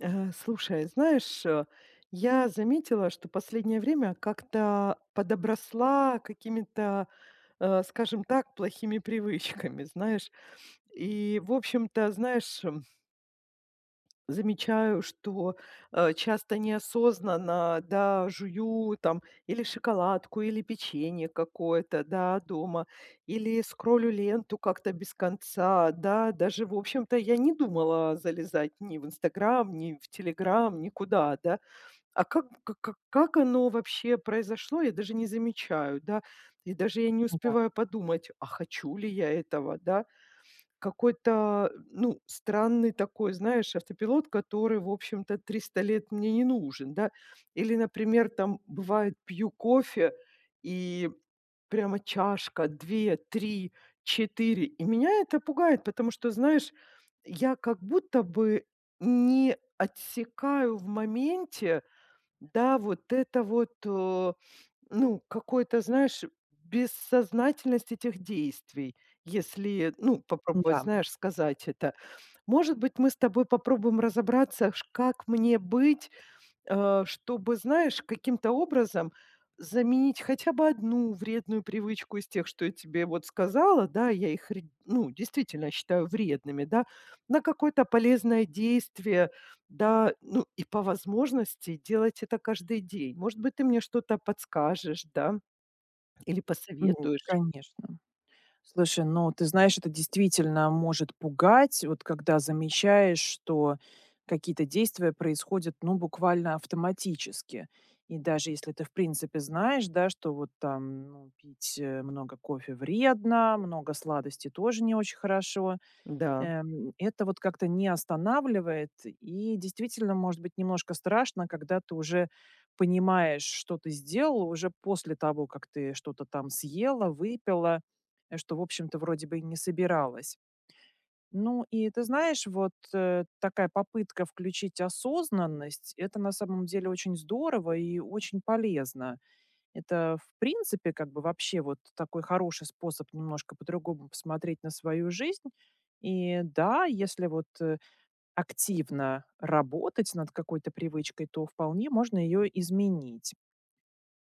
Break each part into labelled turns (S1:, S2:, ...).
S1: Слушай, знаешь, я заметила, что последнее время как-то подобросла какими-то, скажем так, плохими привычками, знаешь. И, в общем-то, знаешь. Замечаю, что, часто неосознанно, да, жую там или шоколадку, или печенье какое-то, да, дома, или скроллю ленту как-то без конца, да. Даже, в общем-то, я не думала залезать ни в "Инстаграм", ни в "Телеграм", никуда, да. А как оно вообще произошло, я даже не замечаю, да. И даже я не
S2: Да,
S1: успеваю подумать, а хочу ли я этого, да. Какой-то, ну, странный такой, знаешь, автопилот, который, в общем-то, 300 лет мне не нужен, да. Или, например, там бывает, пью кофе, и прямо чашка, 2, 3, четыре. И меня это пугает, потому что, знаешь, я как будто бы не отсекаю в моменте, да, вот это вот, ну, какой-то, знаешь, бессознательность этих действий, если, ну, попробовать,
S2: да,
S1: знаешь, сказать это. Может быть, мы с тобой попробуем разобраться, как мне быть, чтобы, знаешь, каким-то образом заменить хотя бы одну вредную привычку из тех, что я тебе вот сказала, да, я их, ну, действительно считаю вредными, да, на какое-то полезное действие, да, ну, и по возможности делать это каждый день. Может быть, ты мне что-то подскажешь, да, или
S2: м,
S1: посоветуешь,
S2: конечно. Слушай, ну ты знаешь, это действительно может пугать, вот когда замечаешь, что какие-то действия происходят, ну, буквально автоматически. И даже если ты, в принципе, знаешь, да, что вот там ну, пить много кофе вредно, много сладости тоже не очень хорошо.
S1: да.
S2: Это вот как-то не останавливает. И действительно, может быть, немножко страшно, когда ты уже понимаешь, что ты сделал уже после того, как ты что-то там съела, выпила, что, в общем-то, вроде бы и не собиралась. Ну и ты знаешь, вот такая попытка включить осознанность, это на самом деле очень здорово и очень полезно. Это, в принципе, как бы вообще вот такой хороший способ немножко по-другому посмотреть на свою жизнь. И да, если вот активно работать над какой-то привычкой, то вполне можно ее изменить.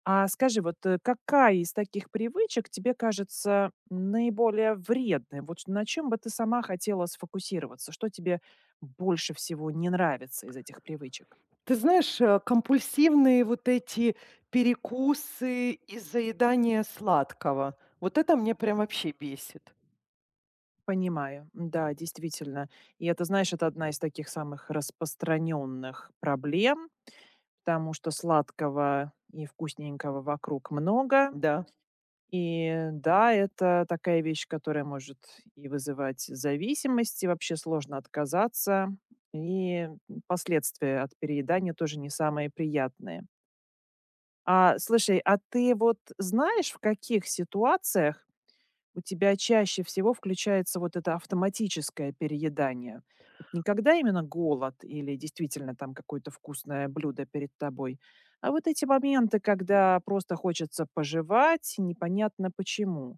S2: А скажи, вот какая из таких привычек тебе кажется наиболее вредной? Вот на чем бы ты сама хотела сфокусироваться? Что тебе больше всего не нравится из этих привычек?
S1: Ты знаешь, компульсивные вот эти перекусы и заедание сладкого, вот это мне прям вообще бесит,
S2: Понимаю, да, действительно. И это, знаешь, это одна из таких самых распространенных проблем, потому что сладкого и вкусненького вокруг много.
S1: да.
S2: И да, это такая вещь, которая может и вызывать зависимость, и вообще сложно отказаться. И последствия от переедания тоже не самые приятные. А, слушай, а ты вот знаешь, в каких ситуациях у тебя чаще всего включается вот это автоматическое переедание. Вот не именно голод или действительно там какое-то вкусное блюдо перед тобой, а вот эти моменты, когда просто хочется пожевать, непонятно почему.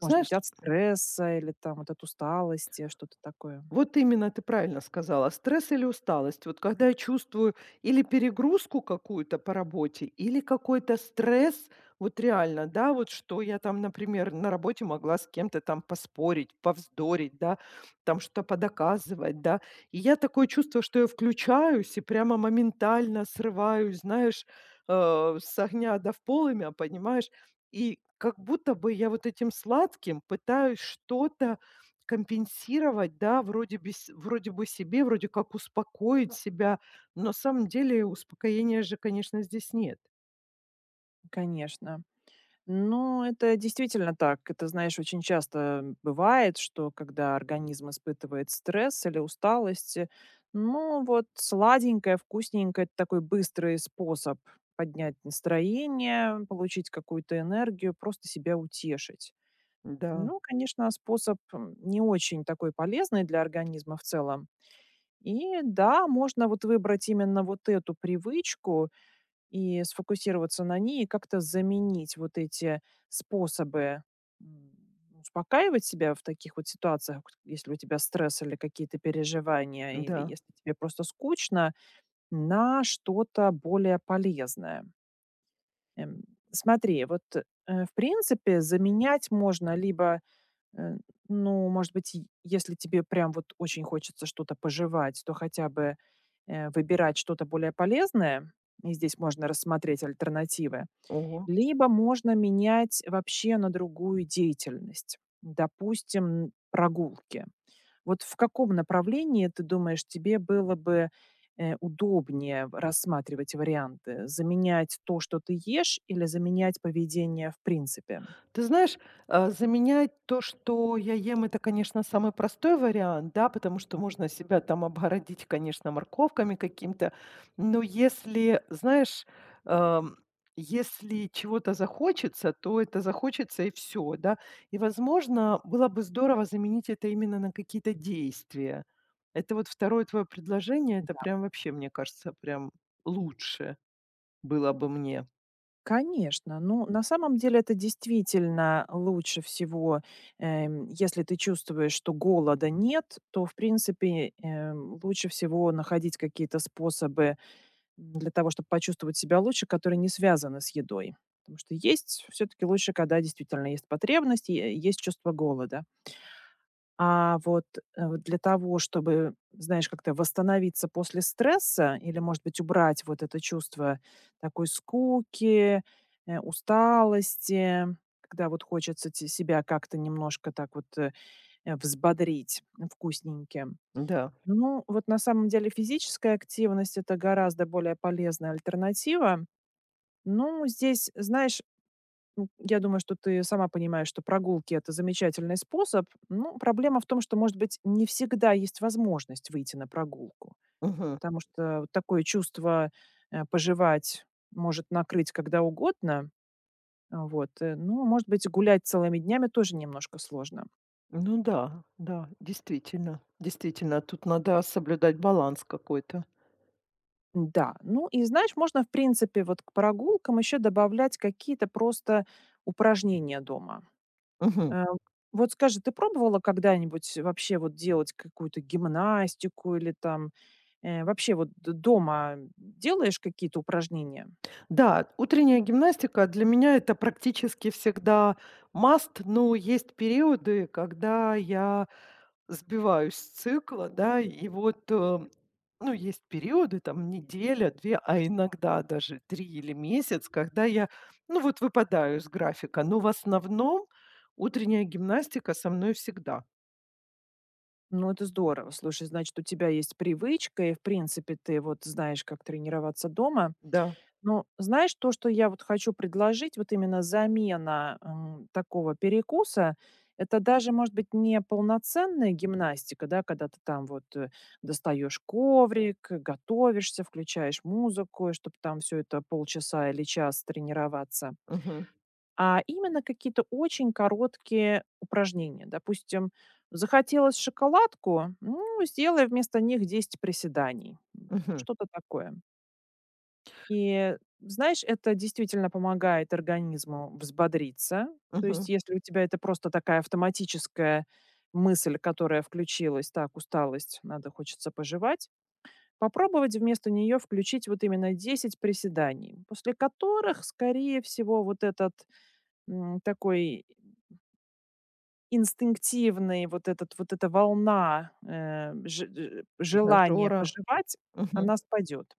S2: Может быть,
S1: Знаешь,
S2: от стресса или там вот от усталости, что-то такое.
S1: вот именно ты правильно сказала. Стресс или усталость. Вот когда я чувствую или перегрузку какую-то по работе, или какой-то стресс, вот реально, да, вот что я там, например, на работе могла с кем-то там поспорить, повздорить, да, там что-то подоказывать, да. И я такое чувство, что я включаюсь и прямо моментально срываюсь, знаешь, с огня до в полымя, понимаешь? И как будто бы я вот этим сладким пытаюсь что-то компенсировать, да, вроде бы себе, вроде как успокоить себя, но на самом деле успокоения же, конечно, здесь нет.
S2: Конечно. Ну, это действительно так. Это, знаешь, очень часто бывает, что когда организм испытывает стресс или усталость, ну вот сладенькое, вкусненькое – это такой быстрый способ поднять настроение, получить какую-то энергию, просто себя утешить.
S1: Да,
S2: Ну, конечно, способ не очень такой полезный для организма в целом. И да, можно вот выбрать именно вот эту привычку, и сфокусироваться на ней, и как-то заменить вот эти способы, м, успокаивать себя в таких вот ситуациях, к если у тебя стресс или какие-то переживания, или
S1: да.
S2: если тебе просто скучно, на что-то более полезное. Эм, Смотри, вот, в принципе, заменять можно либо Э, ну, может быть, и если тебе прям вот очень хочется что-то пожевать, то хотя бы, выбирать что-то более полезное, и здесь можно рассмотреть альтернативы,
S1: Ого.
S2: либо можно менять вообще на другую деятельность, допустим, прогулки. Вот в каком направлении, ты думаешь, тебе было бы, удобнее в рассматривать варианты: заменять то, что ты ешь, или заменять поведение в принципе?
S1: Ты знаешь, заменять то, что я ем, это, конечно, самый простой вариант, да, потому что можно себя там обгородить, конечно, морковками каким-то. Но если, знаешь, эм, если чего-то захочется, то это захочется и все, да. И, возможно, было бы здорово заменить это именно на какие-то действия. Это вот второе твое предложение, это
S2: Да.
S1: прям вообще, мне кажется, прям лучше было бы мне.
S2: Конечно. Ну, на самом деле это действительно лучше всего, если ты чувствуешь, что голода нет, то, в принципе, лучше всего находить какие-то способы для того, чтобы почувствовать себя лучше, которые не связаны с едой. Потому что есть все-таки лучше, когда действительно есть потребность, и, есть чувство голода. А вот, вот для того, чтобы, знаешь, как-то восстановиться после стресса или, может быть, убрать вот это чувство такой скуки, усталости, когда вот хочется себя как-то немножко так вот взбодрить вкусненьким.
S1: Да.
S2: Ну, вот на самом деле физическая активность это гораздо более полезная альтернатива. Ну, здесь, знаешь, я думаю, что ты сама понимаешь, что прогулки – это замечательный способ. Ну, проблема в том, что, может быть, не всегда есть возможность выйти на прогулку,
S1: Мгм.
S2: потому что вот такое чувство, пожевать может накрыть когда угодно. Вот, ну, может быть, гулять целыми днями тоже немножко сложно.
S1: Ну да, да, действительно, действительно, тут надо соблюдать баланс какой-то.
S2: Да, ну и знаешь, можно, в принципе, вот к прогулкам еще добавлять какие-то просто упражнения дома.
S1: Мгм.
S2: Э, вот скажи, ты пробовала когда-нибудь вообще вот делать какую-то гимнастику или там, вообще вот д дома делаешь какие-то упражнения?
S1: Да, утренняя гимнастика для меня это практически всегда must, но есть периоды, когда я сбиваюсь с цикла, да, и вот, ну, есть периоды, там, неделя, две, а иногда даже три или месяц, когда я, ну, вот выпадаю из графика, но в основном утренняя гимнастика со мной всегда,
S2: Ну, это здорово. Слушай, значит, у тебя есть привычка, и, в принципе, ты вот знаешь, как тренироваться дома.
S1: да.
S2: Ну, знаешь, то, что я вот хочу предложить, вот именно замена, такого перекуса, это даже, может быть, не полноценная гимнастика, да, когда ты там вот, достаешь коврик, готовишься, включаешь музыку, чтобы там все это полчаса или час тренироваться,
S1: Мгм.
S2: а именно какие-то очень короткие упражнения. Допустим, захотелось шоколадку, ну, сделай вместо них 10 приседаний,
S1: Мгм.
S2: что-то такое. И знаешь, это действительно помогает организму взбодриться. То есть,
S1: Мгм.
S2: если у тебя это просто такая автоматическая мысль, которая включилась, так, усталость, надо, хочется пожевать, попробовать вместо нее включить вот именно 10 приседаний, после которых, скорее всего, вот этот такой инстинктивный, вот, этот, вот эта волна желания
S1: Тренажёра.
S2: пожевать,
S1: Мгм.
S2: она спадет.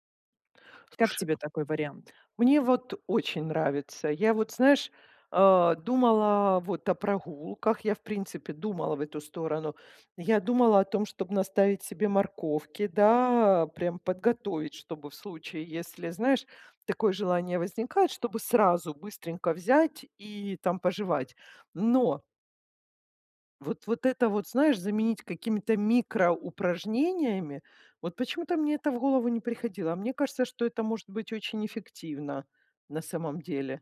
S2: Как
S1: Слушай,
S2: тебе такой вариант?
S1: мне вот очень нравится. Я вот, знаешь, думала вот о прогулках. Я, в принципе, думала в эту сторону. Я думала о том, чтобы наставить себе морковки, да, прям подготовить, чтобы в случае, если, знаешь, такое желание возникает, чтобы сразу быстренько взять и там пожевать. Но вот вот это вот, знаешь, заменить какими-то микроупражнениями. Вот почему-то мне это в голову не приходило. А мне кажется, что это может быть очень эффективно на самом деле.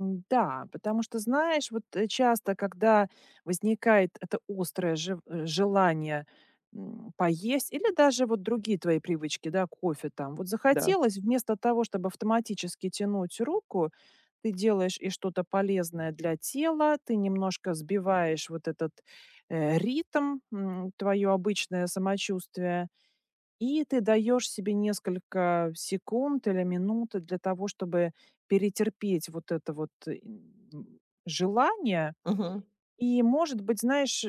S2: М-да, потому что, знаешь, вот, часто, когда возникает это острое желание, поесть или даже вот другие твои привычки, да, кофе там. Вот
S1: Да.
S2: захотелось, вместо того, чтобы автоматически тянуть руку, ты делаешь и что-то полезное для тела, ты немножко сбиваешь вот этот, ритм, твоё обычное самочувствие. И ты даешь себе несколько секунд или минут для того, чтобы перетерпеть вот это вот желание.
S1: Мгм.
S2: И, может быть, знаешь,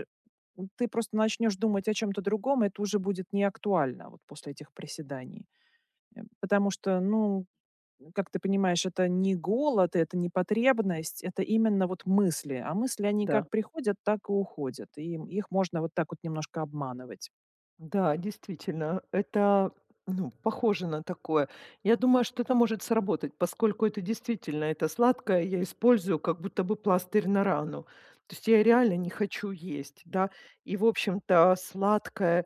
S2: ты просто начнешь думать о чем-то другом, это уже будет не актуально вот после этих приседаний. Потому что, ну, как ты понимаешь, это не голод, это не потребность, это именно вот мысли. А мысли, они
S1: Да.
S2: как приходят, так и уходят. И их можно вот так вот немножко обманывать.
S1: Да, действительно, это, ну, похоже на такое. Я думаю, что это может сработать, поскольку это действительно, это сладкое я использую как будто бы пластырь на рану. То есть я реально не хочу есть, да. И, в общем-то, сладкое-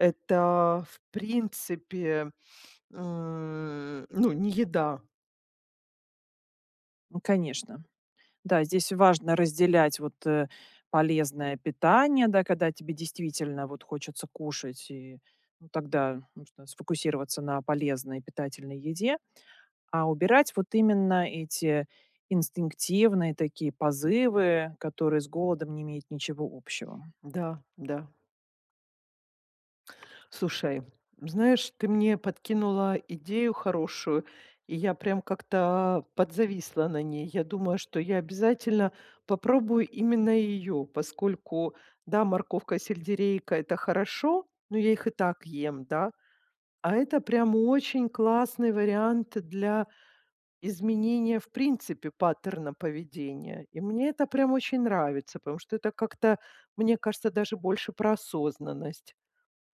S1: это, в принципе, ну, не еда.
S2: Конечно. Да, здесь важно разделять вот, полезное питание, да, когда тебе действительно вот хочется кушать, и, ну, тогда нужно сфокусироваться на полезной питательной еде, а убирать вот именно эти инстинктивные такие позывы, которые с голодом не имеют ничего общего.
S1: Да, да. Слушай, знаешь, ты мне подкинула идею хорошую, и я прям как-то подзависла на ней. Я думаю, что я обязательно попробую именно ее, поскольку, да, морковка, сельдерейка- это хорошо, но я их и так ем, да, а это прям очень классный вариант для изменение, в принципе, паттерна поведения. И мне это прям очень нравится, потому что это как-то, мне кажется, даже больше про осознанность.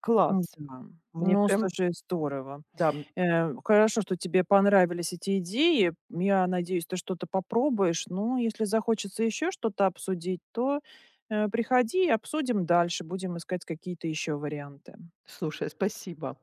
S1: Класс.
S2: М-да.
S1: Мне
S2: Ну,
S1: прям,
S2: слушай, здорово.
S1: да,
S2: Хорошо, что тебе понравились эти идеи. Я надеюсь, ты что-то попробуешь. Ну, если захочется еще что-то обсудить, то приходи и обсудим дальше. Будем искать какие-то еще варианты.
S1: слушай, спасибо.